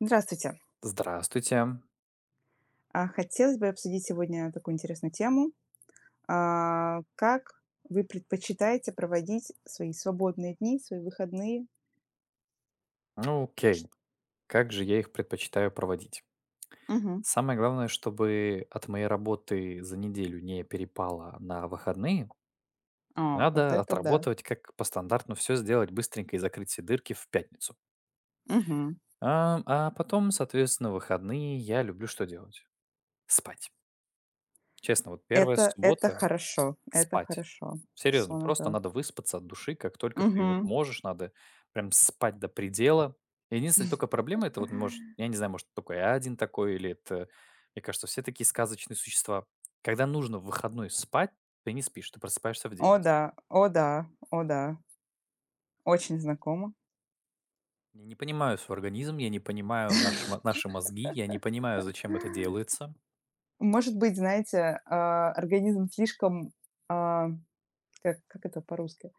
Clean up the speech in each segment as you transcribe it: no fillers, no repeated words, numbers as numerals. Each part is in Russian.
Здравствуйте. Здравствуйте. Хотелось бы обсудить сегодня такую интересную тему. Как вы предпочитаете проводить свои свободные дни, свои выходные? Ну, окей. Как же я их предпочитаю проводить? Мгм. Самое главное, чтобы от моей работы за неделю не перепало на выходные, Вот надо это да. отработать, как по стандарту, все сделать быстренько и закрыть все дырки в пятницу. Мгм. А, а потом, соответственно, выходные я люблю что делать? Спать. Честно, вот первая Это суббота– хорошо, это спать. хорошо. Серьезно, Сон просто это. надо выспаться от души, как только ты вот Мгм. можешь, надо прям спать до предела. Единственная только проблема- это вот, может, я не знаю, может, только я один такой, или это, мне кажется, все такие сказочные существа. Когда нужно в выходной спать, ты не спишь, ты просыпаешься в О 9. да, о да, о да. Очень знакомо. Я не понимаю свой организм, я не понимаю наши мозги, я не понимаю, зачем это делается. Может быть, знаете, организм слишком. а, как это по-русски?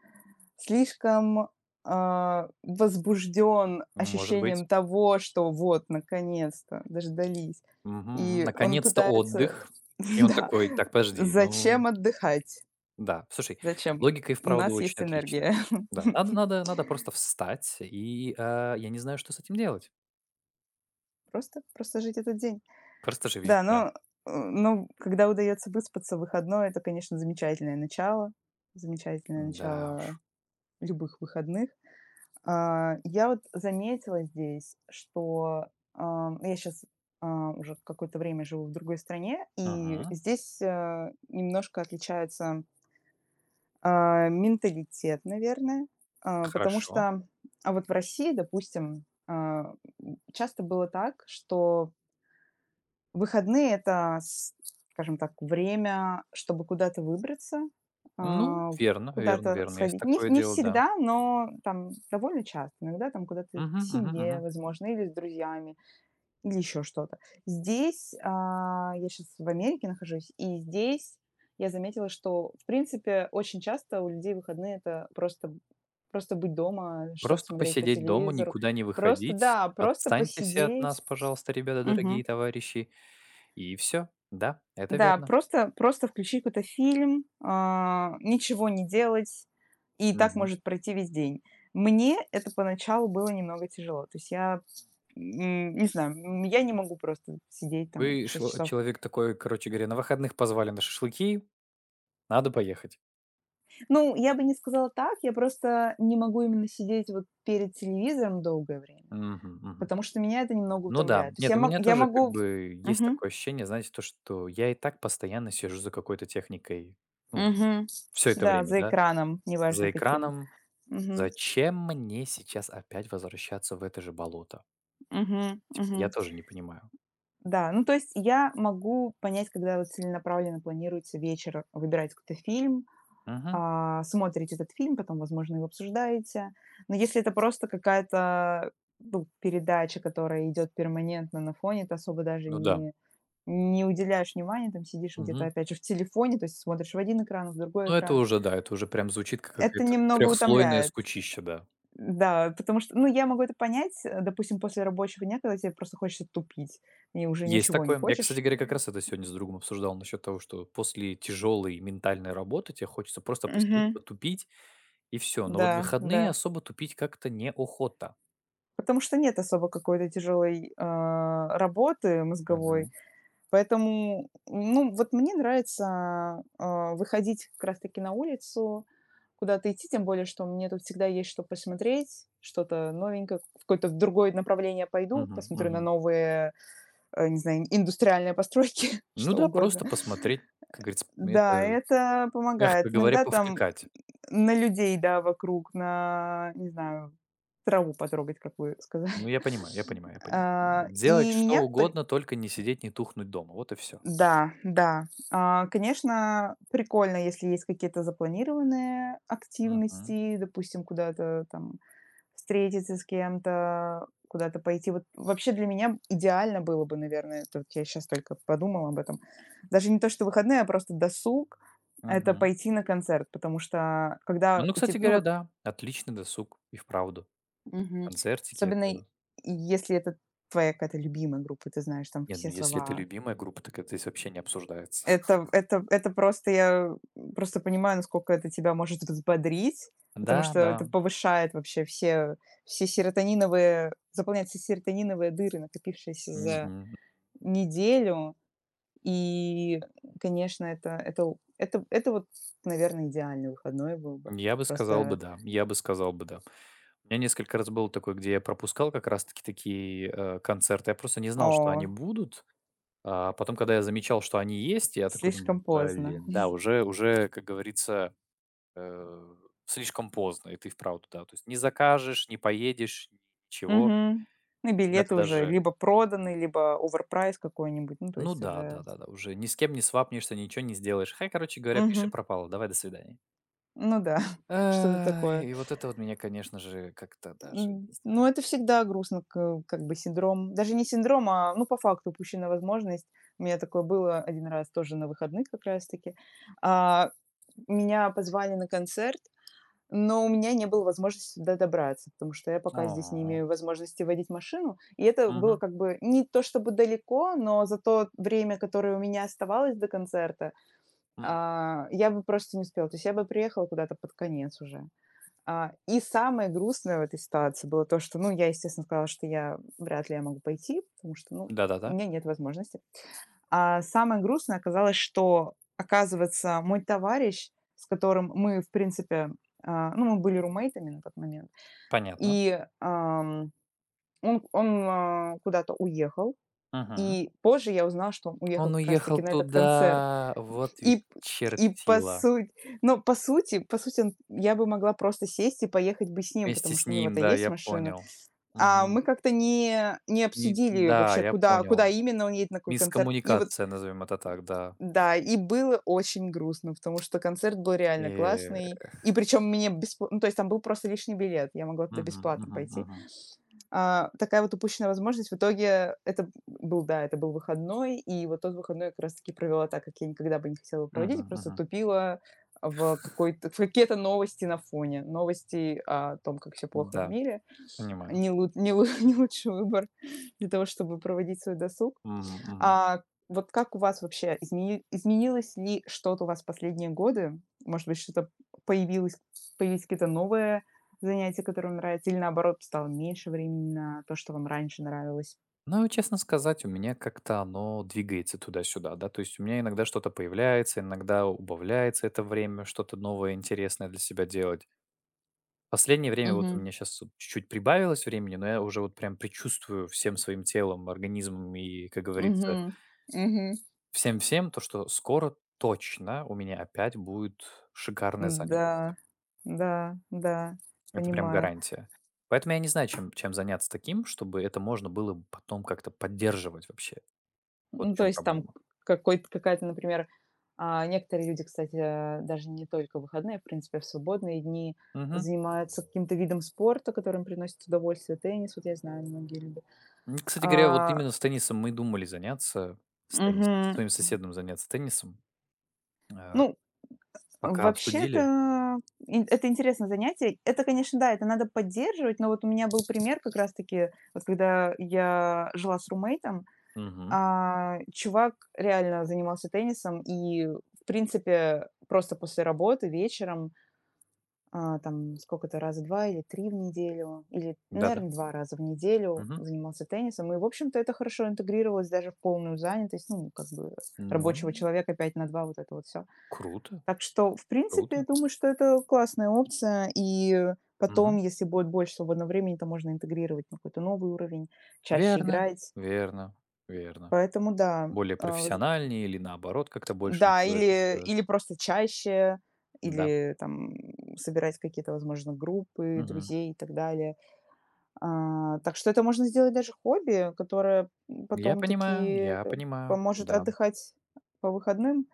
Слишком, возбужден Может быть, ощущением того, что вот наконец-то дождались. И он наконец-то пытается отдых. И он Да. такой, так, подожди, ну. Зачем отдыхать? Да, слушай, Зачем? логика и У вправду нас очень есть отличная. энергия. Да, надо надо надо просто встать и, я не знаю, что с этим делать. Просто жить этот день. Просто живи, Да, да. но когда удается выспаться в выходной, это, конечно, замечательное Да уж. начало любых выходных. Я вот заметила здесь, что, я сейчас уже какое-то время живу в другой стране, и Мгм. здесь, немножко отличается, менталитет, наверное. Потому Хорошо. что, а вот в России, допустим, часто было так, что выходные — это, с скажем так, время, чтобы куда-то выбраться, Ну, а, верно верно куда-то верно, есть сходить. Не такое не дело, да. всегда, но там довольно часто. Иногда там куда-то к Мгм мгм семье, мгм. возможно, или с друзьями, или еще что-то. Здесь, я сейчас в Америке нахожусь, и здесь я заметила, что, в принципе, очень часто у людей выходные — это просто быть дома, что-то Просто смотреть по посидеть дома, телевизору. никуда не Просто, выходить. да, просто Отстаньте все от нас, посидеть. пожалуйста, ребята, дорогие Мгм. товарищи. И все. Да, это Да, верно. просто включить какой-то фильм, ничего не делать, и так Мгм. может пройти весь день. Мне это поначалу было немного тяжело. То есть я, не знаю, я не могу просто сидеть там Вы 6 шел часов. человек такой, короче говоря, на выходных позвали на шашлыки, надо поехать. Ну, я бы не сказала так, я просто не могу именно сидеть вот перед телевизором долгое время, Мгм мгм. потому что меня это немного Ну да. утомляет. То есть Нет, я у мо меня я тоже как могу бы есть Мгм. такое ощущение, знаете, то, что я и так постоянно сижу за какой-то техникой. Ну, Мгм. все это Да, время, за да, экраном, неважно за каким. экраном. Мгм. Зачем мне сейчас опять возвращаться в это же болото? Мгм. Типа, Мгм. я тоже не понимаю. Да, ну, то есть я могу понять, когда вот целенаправленно планируется вечер, выбираете какой-то фильм, Мгм. Смотрите этот фильм, потом, возможно, его обсуждаете. Но если это просто какая-то, ну, передача, которая идет перманентно на фоне, ты особо даже Ну да. не уделяешь внимания, там сидишь где-то, Мгм. опять же, в телефоне, то есть смотришь в один экран, в другой Ну это экран. уже, да, это уже прям звучит как Это какая-то немного трехслойная утомляет. скучища, да. Да, потому что, ну, я могу это понять, допустим, после рабочего дня, когда тебе просто хочется тупить и уже Есть ничего не такое. Я, хочешь. кстати говоря, как раз это сегодня с другом обсуждал насчет того, что после тяжелой ментальной работы тебе хочется просто посидеть, Мгм. потупить и все. Но вот в Да, выходные да. особо тупить как-то неохота. Потому что нет особо какой-то тяжелой, работы мозговой. Мгм. Поэтому, ну, вот мне нравится, выходить как раз таки на улицу, куда-то идти, тем более, что мне тут всегда есть что посмотреть, что-то новенькое, в какое-то другое направление пойду, Мгм, посмотрю на мгм. новые, не знаю, индустриальные постройки, Ну что да, угодно. просто посмотреть, как говорится, Да, это, это помогает. мягко говоря, Иногда там. повтыкать. На людей, да, вокруг, на, не знаю, траву потрогать, как вы сказали. Ну, я понимаю, я понимаю, я понимаю. А, Вот делать и что меня при угодно, только не сидеть, не тухнуть дома. Вот и все. Да, да. Конечно, прикольно, если есть какие-то запланированные Мгм, активности, допустим, куда-то там встретиться с кем-то, куда-то пойти. Вот вообще для меня идеально было бы, наверное, тут я сейчас только подумала об этом. Даже не то, что выходные, а просто досуг — это мгм. пойти на концерт, потому что когда Ну, у кстати теб ну, говоря, вот. да, отличный досуг и вправду. Мгм. Концертики- Особенно и это. если это твоя какая-то любимая группа, ты знаешь там Нет, все ну если это слова. любимая группа, так это здесь вообще не обсуждается. Это просто я просто понимаю, насколько это тебя может взбодрить, потому Да, что это да. повышает вообще все все серотониновые заполняет все серотониновые дыры, накопившиеся за Мгм. неделю. И, конечно, это вот, наверное, идеальный выходной был бы. Я бы сказал бы Просто, да, я бы сказал бы да. У меня несколько раз было такое, где я пропускал как раз таки такие, концерты. Я просто не знал, что о, они будут. А потом, когда я замечал, что они есть, я такой слишком думаю: поздно. "Блин, да, уже уже, как говорится, э, слишком поздно". И ты вправду, да, то есть не закажешь, не поедешь, ничего. Мгм. Ну, и Ребята билеты уже даже. либо проданы, либо оверпрайс какой-нибудь. Ну, то Ну есть да, уже. да-да-да, уже ни с кем не свапнешься, ничего не сделаешь. Хай, короче говоря, пиши Мгм. пропало, давай, до свидания. Ну да, что-то Ай, такое. и вот это вот меня, конечно же, как-то даже не знаю. Ну, это всегда грустно, к как бы синдром даже не синдром, а, ну, по факту упущенная возможность. У меня такое было один раз тоже на выходных как раз таки. А, меня позвали на концерт. Но у меня не было возможности сюда добраться, потому что я пока здесь не О, имею возможности водить машину. И это было мгм, как бы не то чтобы далеко, но за то время, которое у меня оставалось до концерта, м, я бы просто не успела. То есть я бы приехала куда-то под конец уже. И самое грустное в этой ситуации было то, что, ну, я, естественно, сказала, что я вряд ли я могу пойти, потому что, ну, у да-да-да, меня нет возможности. А самое грустное оказалось, что, оказывается, мой товарищ, с которым мы, в принципе, ну, мы были румейтами на тот момент, понятно. и, он куда-то уехал, Мгм. и позже я узнала, что он уехал Он как уехал раз-таки на этот концерт. туда, вот ведь И и по чертила. сути, ну, по сути, он я бы могла просто сесть и поехать бы с ним, Вместе потому с что у ним, него-то да, есть я машина. понял. А Мгм. мы как-то не Ни обсудили да, вообще, я куда понял. именно он едет, на какой концерт. И вот. Мискоммуникация, назовем это так, да. Да, и было очень грустно, потому что концерт был реально Э, классный. И причем мне бесплатно, ну, то есть там был просто лишний билет, я могла туда Мгм, бесплатно мгм, пойти. мгм, Такая вот упущенная возможность. В итоге это был, да, это был выходной, и вот тот выходной я как раз-таки провела так, как я никогда бы не хотела проводить, мгм, просто мгм. тупила в какие-то новости на фоне. Новости о том, как все плохо в Да, мире. понимаю. Не, лу- не, лу- не лучший выбор для того, чтобы проводить свой досуг. Мгм, мгм. А вот как у вас вообще изменилось ли что-то у вас в последние годы? Может быть, что-то появилось, появились какие-то новые занятия, которые вам нравятся, или наоборот, стало меньше времени на то, что вам раньше нравилось? Ну, честно сказать, у меня как-то оно двигается туда-сюда, да, то есть у меня иногда что-то появляется, иногда убавляется это время, что-то новое, интересное для себя делать. Последнее время вот у Мгм. меня сейчас чуть-чуть прибавилось времени, но я уже вот прям предчувствую всем своим телом, организмом и, как говорится, Мгм. Мгм. всем-всем то, что скоро точно у меня опять будет шикарная Да, занятость. да, да, Это прям понимаю. гарантия. Поэтому я не знаю, чем заняться таким, чтобы это можно было потом как-то поддерживать вообще. Вот в Ну, то чем есть там проблема. какой-то какая-то, например, некоторые люди, кстати, даже не только в выходные, в принципе, а в свободные дни Мгм. занимаются каким-то видом спорта, который им приносит удовольствие. Теннис, вот я знаю, многие любят. Кстати говоря, вот А, именно с теннисом мы и думали заняться, с теннисом, с мгм. своим соседом заняться теннисом, э, Ну, пока обсудили. вообще-то это интересное занятие. Это, конечно, да, это надо поддерживать, но вот у меня был пример как раз-таки, вот когда я жила с румейтом. Мгм. Чувак реально занимался теннисом и, в принципе, просто после работы вечером, там сколько-то, раза 2 или 3 в неделю, или, Да-да. наверное, два раза в неделю Мгм. занимался теннисом. И, в общем-то, это хорошо интегрировалось даже в полную занятость, ну, как бы Ну, рабочего человека 5 на два вот это вот все. круто, Так что, в принципе, я круто. думаю, что это классная опция. И Мгм. потом, если будет больше свободного времени, то можно интегрировать на какой-то новый уровень, чаще Верно, играть. верно, верно. Поэтому да, Более а, профессиональнее или наоборот как-то больше на да, себя этот, или или просто чаще, да. или там собирать какие-то, возможно, группы Мгм. друзей и так далее. Так что это можно сделать даже хобби, которое потом таки Я понимаю, поможет да. отдыхать по выходным.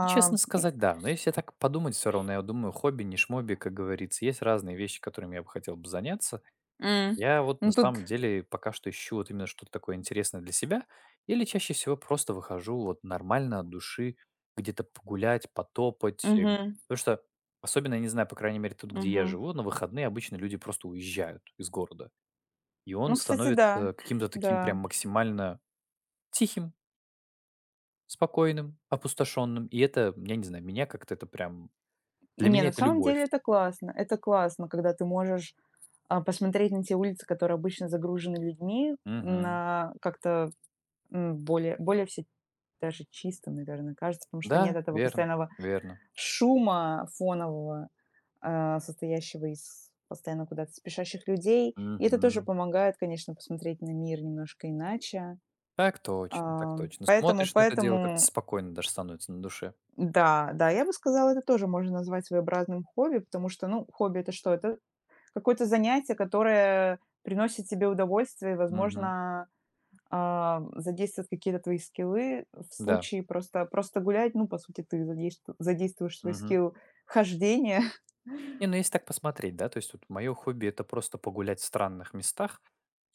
Ну, честно и сказать, да. Но если так подумать, все равно, я думаю, хобби, не шмобби, как говорится. Есть разные вещи, которыми я бы хотел бы заняться. М. Я вот на Ну тут. самом деле пока что ищу вот именно что-то такое интересное для себя, или чаще всего просто выхожу вот нормально от души где-то погулять, потопать. Мгм, Потому что, особенно, я не знаю, по крайней мере, тут, где я мгм. живу, на выходные обычно люди просто уезжают из города. И он Ну, кстати, да, становится каким-то таким прям да. максимально тихим, спокойным, опустошенным. И это, я не знаю, меня как-то это прям. Для Не, меня на это самом любовь. деле это классно. Это классно, когда ты можешь, посмотреть на те улицы, которые обычно загружены людьми, Мгм. на как-то. Более все даже чистым, наверное, кажется, потому что нет Да, этого верно, постоянного верно. шума фонового, состоящего из постоянно куда-то спешащих людей. И это тоже Мгм. помогает, конечно, посмотреть на мир немножко иначе. Так точно, так А, точно. поэтому Смотришь на это дело, как-то поэтому спокойно даже становится на душе. да, да, я бы сказала, это тоже можно назвать своеобразным хобби, потому что, ну, хобби — это что? Это какое-то занятие, которое приносит тебе удовольствие и, Мгм. возможно, задействуют какие-то твои скиллы. В Да. случае просто гулять, ну, по сути, ты задействуешь свой Мгм. скилл хождения. Не, ну, если так посмотреть, да, то есть вот мое хобби- это просто погулять в странных местах,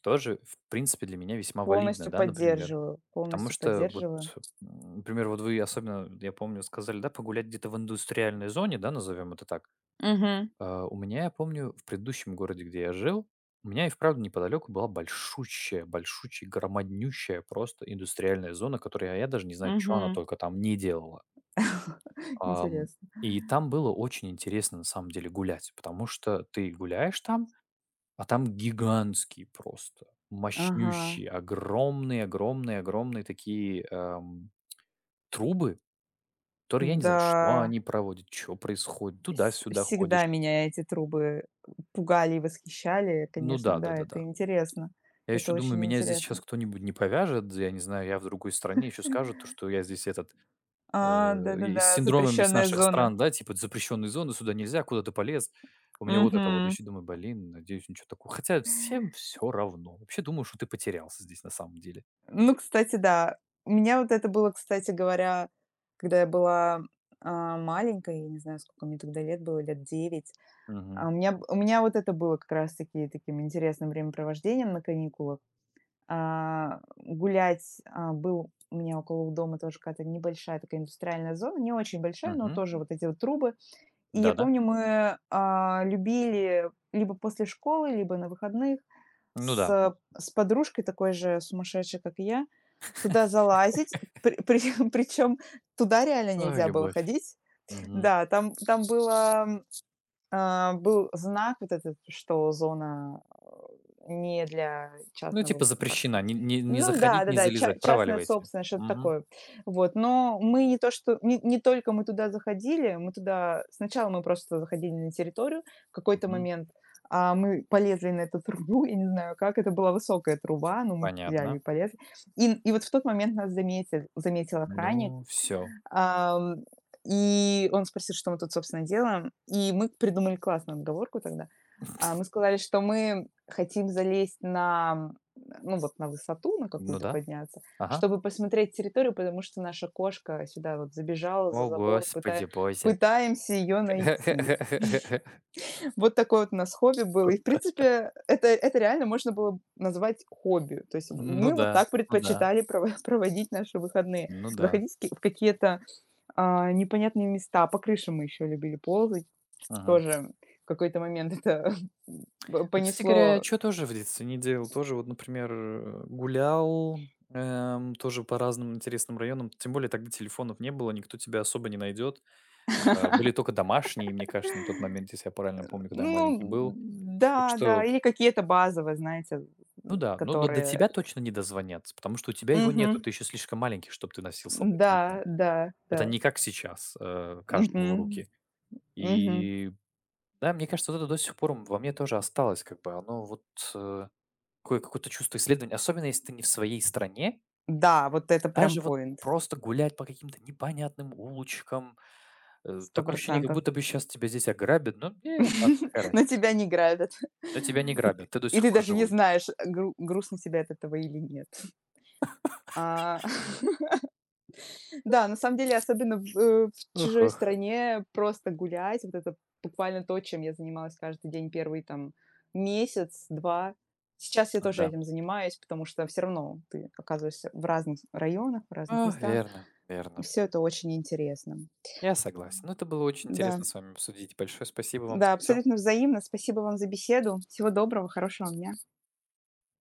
тоже, в принципе, для меня весьма валидно, Полностью да, например. поддерживаю, Потому полностью что вот, поддерживаю. Например, вот вы особенно, я помню, сказали, да, погулять где-то в индустриальной зоне, да, назовем это так. Мгм, У меня, я помню, в предыдущем городе, где я жил, у меня и вправду неподалеку была большущая, большущая, громаднющая просто индустриальная зона, которая а я даже не знаю, что она мгм. только там не делала. Ам, Интересно. и там было очень интересно на самом деле гулять, потому что ты гуляешь там, а там гигантские просто, Ага, мощнющие, огромные, огромные, огромные такие трубы, которые я не знаю, что да. они проводят, что происходит, туда-сюда Всегда ходишь. меня эти трубы пугали и восхищали, Ну конечно, да, да, да, да, это да. интересно. Я Это еще думаю, очень меня здесь интересно. сейчас кто-нибудь не повяжет, я не знаю, я в другой стране, еще скажут, то что я здесь этот, э, и с Да-да-да, синдромами с запрещенная наших зона. стран, да, типа запрещенные зоны, сюда нельзя, куда ты полез. У меня вот это вот. Я Мгм. еще думаю, блин, надеюсь, ничего такого. Хотя всем все равно. Вообще думаю, что ты потерялся здесь на самом деле. Ну, кстати, да. У меня вот это было, кстати говоря, когда я была, маленькой, я не знаю, сколько мне тогда лет было, лет 9. Мгм. у меня вот это было как раз-таки таким интересным времяпровождением на каникулах. Гулять, был у меня около дома тоже какая-то небольшая такая индустриальная зона, не очень большая, но Мгм. тоже вот эти вот трубы. И я Да-да. помню, мы, любили либо после школы, либо на выходных Ну да. с подружкой, такой же сумасшедшей, как и я, туда залазить. При при причём туда реально Ай, нельзя было любовь. ходить. Мгм. Да, там было был знак вот этот, что зона не для Ну, частного типа как-то. запрещена. Не не не Ну да, заходить, да, не да, залезать. частная Проваливайте. собственность, что-то Мгм. такое. Вот, но мы не то, что не только мы туда заходили, мы туда сначала мы просто заходили на территорию в какой-то Мгм. момент, а мы полезли на эту трубу, я не знаю как, это была высокая труба, но мы взяли и Понятно. полезли. И вот в тот момент нас заметил охранник. Ну, все. Ам, и он спросил, что мы тут, собственно, делаем. И мы придумали классную отговорку тогда. Мы сказали, что мы хотим залезть на, ну, вот на высоту, на Ну какую-то да. подняться, Ага. чтобы посмотреть территорию, потому что наша кошка сюда вот забежала за О, забор, господи боже. пытаемся ее найти. Вот такое вот у нас хобби было. И, в принципе, это реально можно было назвать хобби. То есть Ну мы вот да, так ну да, предпочитали проводить наши выходные. ну да. Заходить в какие-то непонятные места. По крышам мы еще любили ползать. Мгм. Тоже в какой-то момент это п Ну, кстати говоря, понесло. что тоже в детстве не делал? Тоже вот, например, гулял, тоже по разным интересным районам. Тем более тогда телефонов не было, никто тебя особо не найдет. Были только домашние, мне кажется, на тот момент, если я правильно помню, когда маленький Ну был. Так да, да, что, или какие-то базовые, знаете, ну да, но до которые. тебя точно не дозвонятся, потому что у тебя его нету, Мгм. ты еще слишком маленький, чтобы ты носил с собой Да, телефон. да, Это да. не как сейчас, каждому Мгм. в руки. Мгм. И. Да, мне кажется, вот это до сих пор во мне тоже осталось, как бы оно вот, э, такое какое-то чувство исследования, особенно если ты не в своей стране. Да, вот это прям Даже вот поинт. просто гулять по каким-то непонятным улочкам, Сто такое ощущение, как процентов будто бы сейчас тебя здесь ограбят, но, ладно, какая На разница. тебя не грабят. Но тебя не И ты грабят, ты до и ты сих пор даже не живой. знаешь, грустно тебе от этого или нет. Да, на самом деле, особенно в Ух, чужой ох, стране просто гулять, вот это буквально то, чем я занималась каждый день первый там месяц, два. Сейчас я тоже да. этим занимаюсь, потому что все равно ты оказываешься в разных районах, в А, разных местах, верно, верно. и все это очень интересно. Я согласен. Ну, это было очень Да, интересно с вами обсудить. Большое спасибо вам да, за все. абсолютно взаимно. Спасибо вам за беседу. Всего доброго, хорошего вам дня.